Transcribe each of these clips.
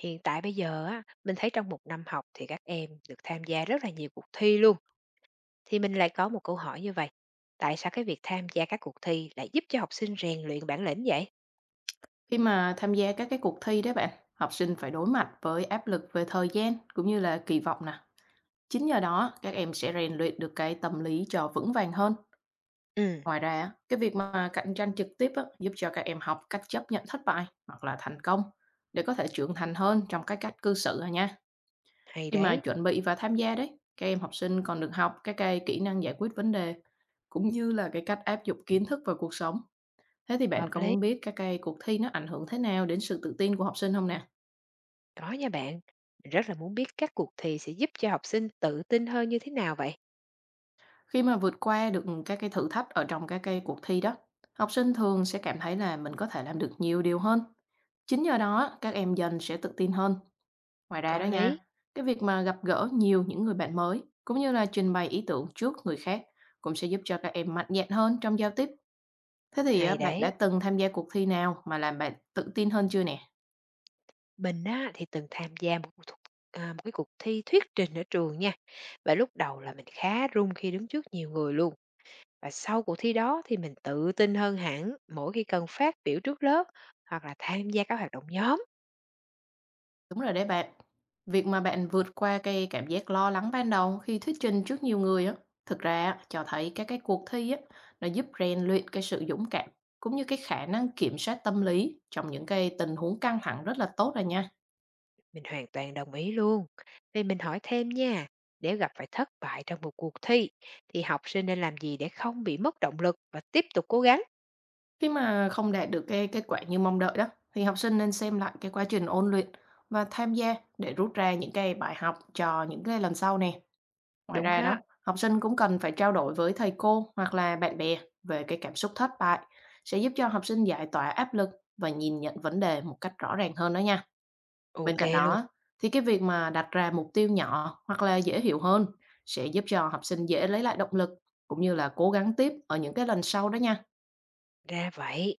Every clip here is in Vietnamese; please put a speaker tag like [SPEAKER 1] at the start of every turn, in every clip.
[SPEAKER 1] Hiện tại bây giờ á, mình thấy trong một năm học thì các em được tham gia rất là nhiều cuộc thi luôn. Thì mình lại có một câu hỏi như vậy. Tại sao cái việc tham gia các cuộc thi lại giúp cho học sinh rèn luyện bản lĩnh vậy?
[SPEAKER 2] Khi mà tham gia các cái cuộc thi đó bạn, học sinh phải đối mặt với áp lực về thời gian cũng như là kỳ vọng nè. Chính nhờ đó, các em sẽ rèn luyện được cái tâm lý cho vững vàng hơn.
[SPEAKER 1] Ừ,
[SPEAKER 2] Ngoài ra, á, cái việc mà cạnh tranh trực tiếp á, giúp cho các em học cách chấp nhận thất bại hoặc là thành công để có thể trưởng thành hơn trong cái cách cư xử à nha.
[SPEAKER 1] hay
[SPEAKER 2] Khi mà
[SPEAKER 1] đấy,
[SPEAKER 2] chuẩn bị và tham gia đấy, các em học sinh còn được học các cái kỹ năng giải quyết vấn đề cũng như là cái cách áp dụng kiến thức vào cuộc sống. Thế thì bạn
[SPEAKER 1] hợp
[SPEAKER 2] có
[SPEAKER 1] lý.
[SPEAKER 2] muốn biết các cái cuộc thi nó ảnh hưởng thế nào đến sự tự tin của học sinh không nè?
[SPEAKER 1] Có nha bạn. Mình rất là muốn biết các cuộc thi sẽ giúp cho học sinh tự tin hơn như thế nào vậy?
[SPEAKER 2] Khi mà vượt qua được các cái thử thách ở trong các cái cuộc thi đó, học sinh thường sẽ cảm thấy là mình có thể làm được nhiều điều hơn. Chính nhờ đó, á, các em dần sẽ tự tin hơn. Ngoài ra đó
[SPEAKER 1] Có lý,
[SPEAKER 2] nha, cái việc mà gặp gỡ nhiều những người bạn mới, cũng như là trình bày ý tưởng trước người khác, cũng sẽ giúp cho các em mạnh dạn hơn trong giao tiếp. Thế thì á,
[SPEAKER 1] hay
[SPEAKER 2] bạn đã
[SPEAKER 1] đấy.
[SPEAKER 2] từng tham gia cuộc thi nào mà làm bạn tự tin hơn chưa nè?
[SPEAKER 1] Mình á, thì từng tham gia một cái cuộc thi thuyết trình ở trường nha. Và lúc đầu là mình khá run khi đứng trước nhiều người luôn. Và sau cuộc thi đó thì mình tự tin hơn hẳn mỗi khi cần phát biểu trước lớp hoặc là tham gia các hoạt động nhóm.
[SPEAKER 2] Đúng rồi đấy bạn. Việc mà bạn vượt qua cái cảm giác lo lắng ban đầu khi thuyết trình trước nhiều người á, thực ra á, cho thấy các cái cuộc thi á, nó giúp rèn luyện cái sự dũng cảm cũng như cái khả năng kiểm soát tâm lý trong những cái tình huống căng thẳng rất là tốt rồi nha.
[SPEAKER 1] Mình hoàn toàn đồng ý luôn. Vậy mình hỏi thêm nha, nếu gặp phải thất bại trong một cuộc thi thì học sinh nên làm gì để không bị mất động lực và tiếp tục cố gắng?
[SPEAKER 2] Khi mà không đạt được cái kết quả như mong đợi đó, thì học sinh nên xem lại cái quá trình ôn luyện và tham gia để rút ra những cái bài học cho những cái lần sau nè. Ngoài
[SPEAKER 1] Đúng
[SPEAKER 2] ra
[SPEAKER 1] đó,
[SPEAKER 2] đó, học sinh cũng cần phải trao đổi với thầy cô hoặc là bạn bè về cái cảm xúc thất bại sẽ giúp cho học sinh giải tỏa áp lực và nhìn nhận vấn đề một cách rõ ràng hơn đó nha. Bên
[SPEAKER 1] ok
[SPEAKER 2] cạnh
[SPEAKER 1] luôn.
[SPEAKER 2] đó thì cái việc mà đặt ra mục tiêu nhỏ hoặc là dễ hiểu hơn sẽ giúp cho học sinh dễ lấy lại động lực cũng như là cố gắng tiếp ở những cái lần sau đó nha.
[SPEAKER 1] Ra vậy.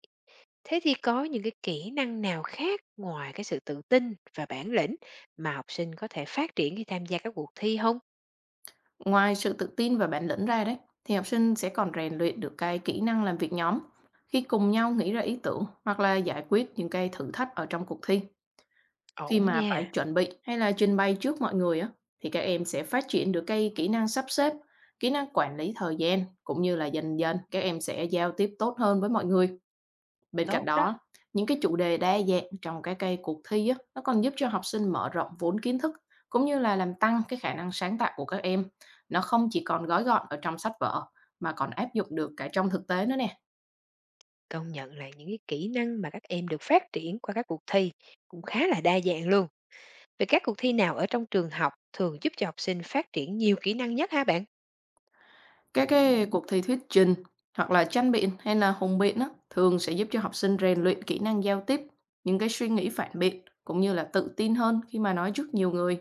[SPEAKER 1] Thế thì có những cái kỹ năng nào khác ngoài cái sự tự tin và bản lĩnh mà học sinh có thể phát triển khi tham gia các cuộc thi không?
[SPEAKER 2] Ngoài sự tự tin và bản lĩnh ra đấy thì học sinh sẽ còn rèn luyện được cái kỹ năng làm việc nhóm khi cùng nhau nghĩ ra ý tưởng hoặc là giải quyết những cái thử thách ở trong cuộc thi. Khi
[SPEAKER 1] Ổn
[SPEAKER 2] mà phải
[SPEAKER 1] nha,
[SPEAKER 2] chuẩn bị hay là trình bày trước mọi người á, thì các em sẽ phát triển được cái kỹ năng sắp xếp, kỹ năng quản lý thời gian cũng như là dần dần các em sẽ giao tiếp tốt hơn với mọi người. Bên cạnh
[SPEAKER 1] tốt đó.
[SPEAKER 2] đó, những cái chủ đề đa dạng trong các cái cuộc thi á, nó còn giúp cho học sinh mở rộng vốn kiến thức cũng như là làm tăng cái khả năng sáng tạo của các em. Nó không chỉ còn gói gọn ở trong sách vở mà còn áp dụng được cả trong thực tế nữa nè.
[SPEAKER 1] Công nhận là những cái kỹ năng mà các em được phát triển qua các cuộc thi cũng khá là đa dạng luôn. Vậy các cuộc thi nào ở trong trường học thường giúp cho học sinh phát triển nhiều kỹ năng nhất hả bạn?
[SPEAKER 2] Các cái cuộc thi thuyết trình hoặc là tranh biện hay là hùng biện á, thường sẽ giúp cho học sinh rèn luyện kỹ năng giao tiếp, những cái suy nghĩ phản biện cũng như là tự tin hơn khi mà nói trước nhiều người.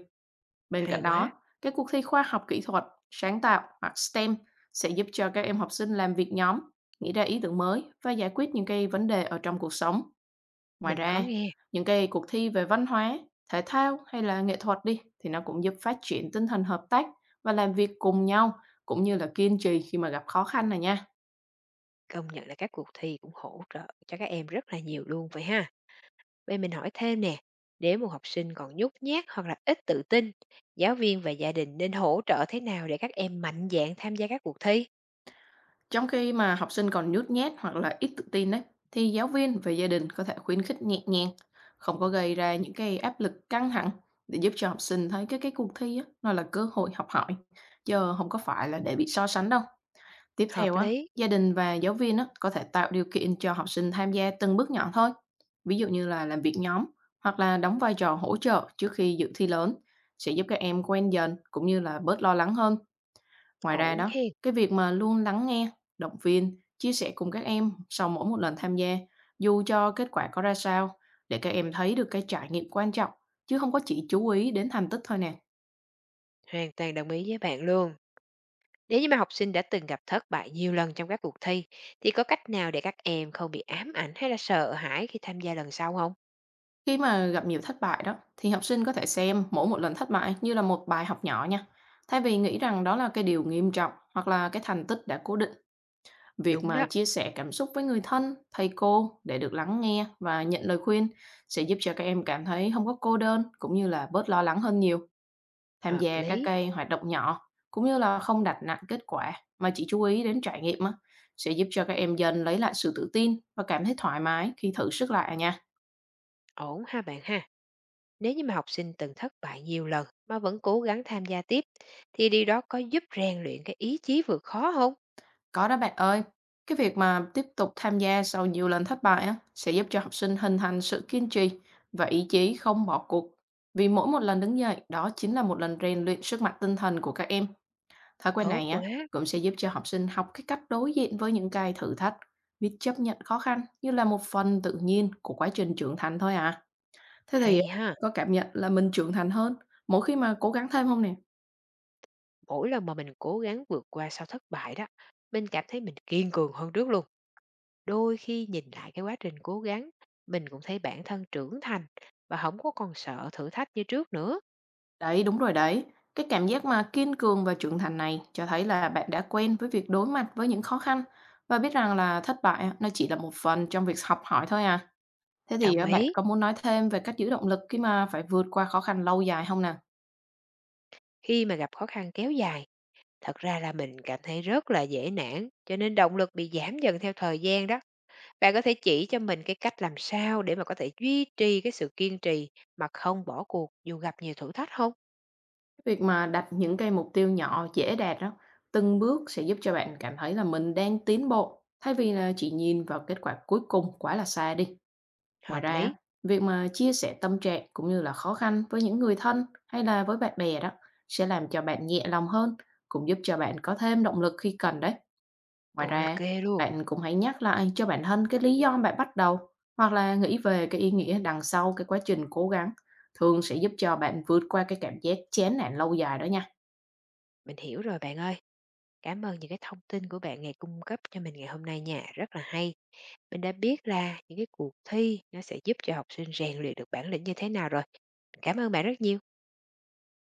[SPEAKER 2] Bên
[SPEAKER 1] Hay
[SPEAKER 2] cạnh
[SPEAKER 1] quá,
[SPEAKER 2] đó, các cuộc thi khoa học kỹ thuật, sáng tạo hoặc STEM sẽ giúp cho các em học sinh làm việc nhóm, nghĩ ra ý tưởng mới và giải quyết những cái vấn đề ở trong cuộc sống. Ngoài
[SPEAKER 1] mình có
[SPEAKER 2] ra,
[SPEAKER 1] nghe.
[SPEAKER 2] những cái cuộc thi về văn hóa, thể thao hay là nghệ thuật đi thì nó cũng giúp phát triển tinh thần hợp tác và làm việc cùng nhau cũng như là kiên trì khi mà gặp khó khăn này nha.
[SPEAKER 1] Công nhận là các cuộc thi cũng hỗ trợ cho các em rất là nhiều luôn vậy ha. Vậy mình hỏi thêm nè, nếu một học sinh còn nhút nhát hoặc là ít tự tin, giáo viên và gia đình nên hỗ trợ thế nào để các em mạnh dạn tham gia các cuộc thi?
[SPEAKER 2] Trong khi mà học sinh còn nhút nhát hoặc là ít tự tin đấy thì giáo viên và gia đình có thể khuyến khích nhẹ nhàng, không có gây ra những cái áp lực căng thẳng để giúp cho học sinh thấy cái cuộc thi á, nó là cơ hội học hỏi, chứ không có phải là để bị so sánh đâu. Tiếp
[SPEAKER 1] Hợp
[SPEAKER 2] theo á,
[SPEAKER 1] lý,
[SPEAKER 2] gia đình và giáo viên á, có thể tạo điều kiện cho học sinh tham gia từng bước nhỏ thôi, ví dụ như là làm việc nhóm hoặc là đóng vai trò hỗ trợ trước khi dự thi lớn sẽ giúp các em quen dần cũng như là bớt lo lắng hơn. Ngoài ra
[SPEAKER 1] ổn
[SPEAKER 2] đó,
[SPEAKER 1] hen.
[SPEAKER 2] cái việc mà luôn lắng nghe, động viên, chia sẻ cùng các em sau mỗi một lần tham gia, dù cho kết quả có ra sao, để các em thấy được cái trải nghiệm quan trọng chứ không có chỉ chú ý đến thành tích thôi nè.
[SPEAKER 1] Hoàn toàn đồng ý với bạn luôn. Nếu như mà học sinh đã từng gặp thất bại nhiều lần trong các cuộc thi, thì có cách nào để các em không bị ám ảnh hay là sợ hãi khi tham gia lần sau không?
[SPEAKER 2] Khi mà gặp nhiều thất bại đó, thì học sinh có thể xem mỗi một lần thất bại như là một bài học nhỏ nha. Thay vì nghĩ rằng đó là cái điều nghiêm trọng hoặc là cái thành tích đã cố định, việc
[SPEAKER 1] Đúng
[SPEAKER 2] mà
[SPEAKER 1] đó,
[SPEAKER 2] chia sẻ cảm xúc với người thân, thầy cô để được lắng nghe và nhận lời khuyên sẽ giúp cho các em cảm thấy không có cô đơn cũng như là bớt lo lắng hơn nhiều. Tham
[SPEAKER 1] hợp
[SPEAKER 2] gia các
[SPEAKER 1] lý,
[SPEAKER 2] cái hoạt động nhỏ cũng như là không đặt nặng kết quả mà chỉ chú ý đến trải nghiệm á, sẽ giúp cho các em dần lấy lại sự tự tin và cảm thấy thoải mái khi thử sức lại à nha.
[SPEAKER 1] ổn ha bạn ha. Nếu như mà học sinh từng thất bại nhiều lần mà vẫn cố gắng tham gia tiếp, thì điều đó có giúp rèn luyện cái ý chí vượt khó không?
[SPEAKER 2] Có đó bạn ơi, cái việc mà tiếp tục tham gia sau nhiều lần thất bại á, sẽ giúp cho học sinh hình thành sự kiên trì và ý chí không bỏ cuộc. Vì mỗi một lần đứng dậy, đó chính là một lần rèn luyện sức mạnh tinh thần của các em. Thói quen
[SPEAKER 1] Tốt
[SPEAKER 2] này á,
[SPEAKER 1] quá,
[SPEAKER 2] cũng sẽ giúp cho học sinh học cái cách đối diện với những cái thử thách, biết chấp nhận khó khăn như là một phần tự nhiên của quá trình trưởng thành thôi à. Thế thì á,
[SPEAKER 1] hay ha.
[SPEAKER 2] có cảm nhận là mình trưởng thành hơn mỗi khi mà cố gắng thêm không nè?
[SPEAKER 1] Mỗi lần mà mình cố gắng vượt qua sau thất bại đó, mình cảm thấy mình kiên cường hơn trước luôn. Đôi khi nhìn lại cái quá trình cố gắng, mình cũng thấy bản thân trưởng thành và không có còn sợ thử thách như trước nữa.
[SPEAKER 2] Đấy, đúng rồi đấy. Cái cảm giác mà kiên cường và trưởng thành này cho thấy là bạn đã quen với việc đối mặt với những khó khăn và biết rằng là thất bại á, nó chỉ là một phần trong việc học hỏi thôi à. Thế thì
[SPEAKER 1] Đồng
[SPEAKER 2] á, bạn
[SPEAKER 1] ý,
[SPEAKER 2] có muốn nói thêm về cách giữ động lực khi mà phải vượt qua khó khăn lâu dài không nè?
[SPEAKER 1] khi mà gặp khó khăn kéo dài, thật ra là mình cảm thấy rất là dễ nản, cho nên động lực bị giảm dần theo thời gian đó. Bạn có thể chỉ cho mình cái cách làm sao để mà có thể duy trì cái sự kiên trì mà không bỏ cuộc dù gặp nhiều thử thách không?
[SPEAKER 2] Việc mà đặt những cái mục tiêu nhỏ dễ đạt đó, từng bước sẽ giúp cho bạn cảm thấy là mình đang tiến bộ thay vì là chỉ nhìn vào kết quả cuối cùng quá là xa đi. Ngoài
[SPEAKER 1] Hợp
[SPEAKER 2] ra,
[SPEAKER 1] lý.
[SPEAKER 2] việc mà chia sẻ tâm trạng cũng như là khó khăn với những người thân hay là với bạn bè đó sẽ làm cho bạn nhẹ lòng hơn, cũng giúp cho bạn có thêm động lực khi cần đấy. Ngoài
[SPEAKER 1] Ồ là
[SPEAKER 2] ra,
[SPEAKER 1] kê luôn.
[SPEAKER 2] bạn cũng hãy nhắc lại cho bản thân cái lý do bạn bắt đầu hoặc là nghĩ về cái ý nghĩa đằng sau cái quá trình cố gắng thường sẽ giúp cho bạn vượt qua cái cảm giác chán nản lâu dài đó nha.
[SPEAKER 1] Mình hiểu rồi bạn ơi. Cảm ơn những cái thông tin của bạn ngày cung cấp cho mình ngày hôm nay nha. Rất là hay. Mình đã biết là những cái cuộc thi nó sẽ giúp cho học sinh rèn luyện được bản lĩnh như thế nào rồi. Cảm ơn bạn rất nhiều.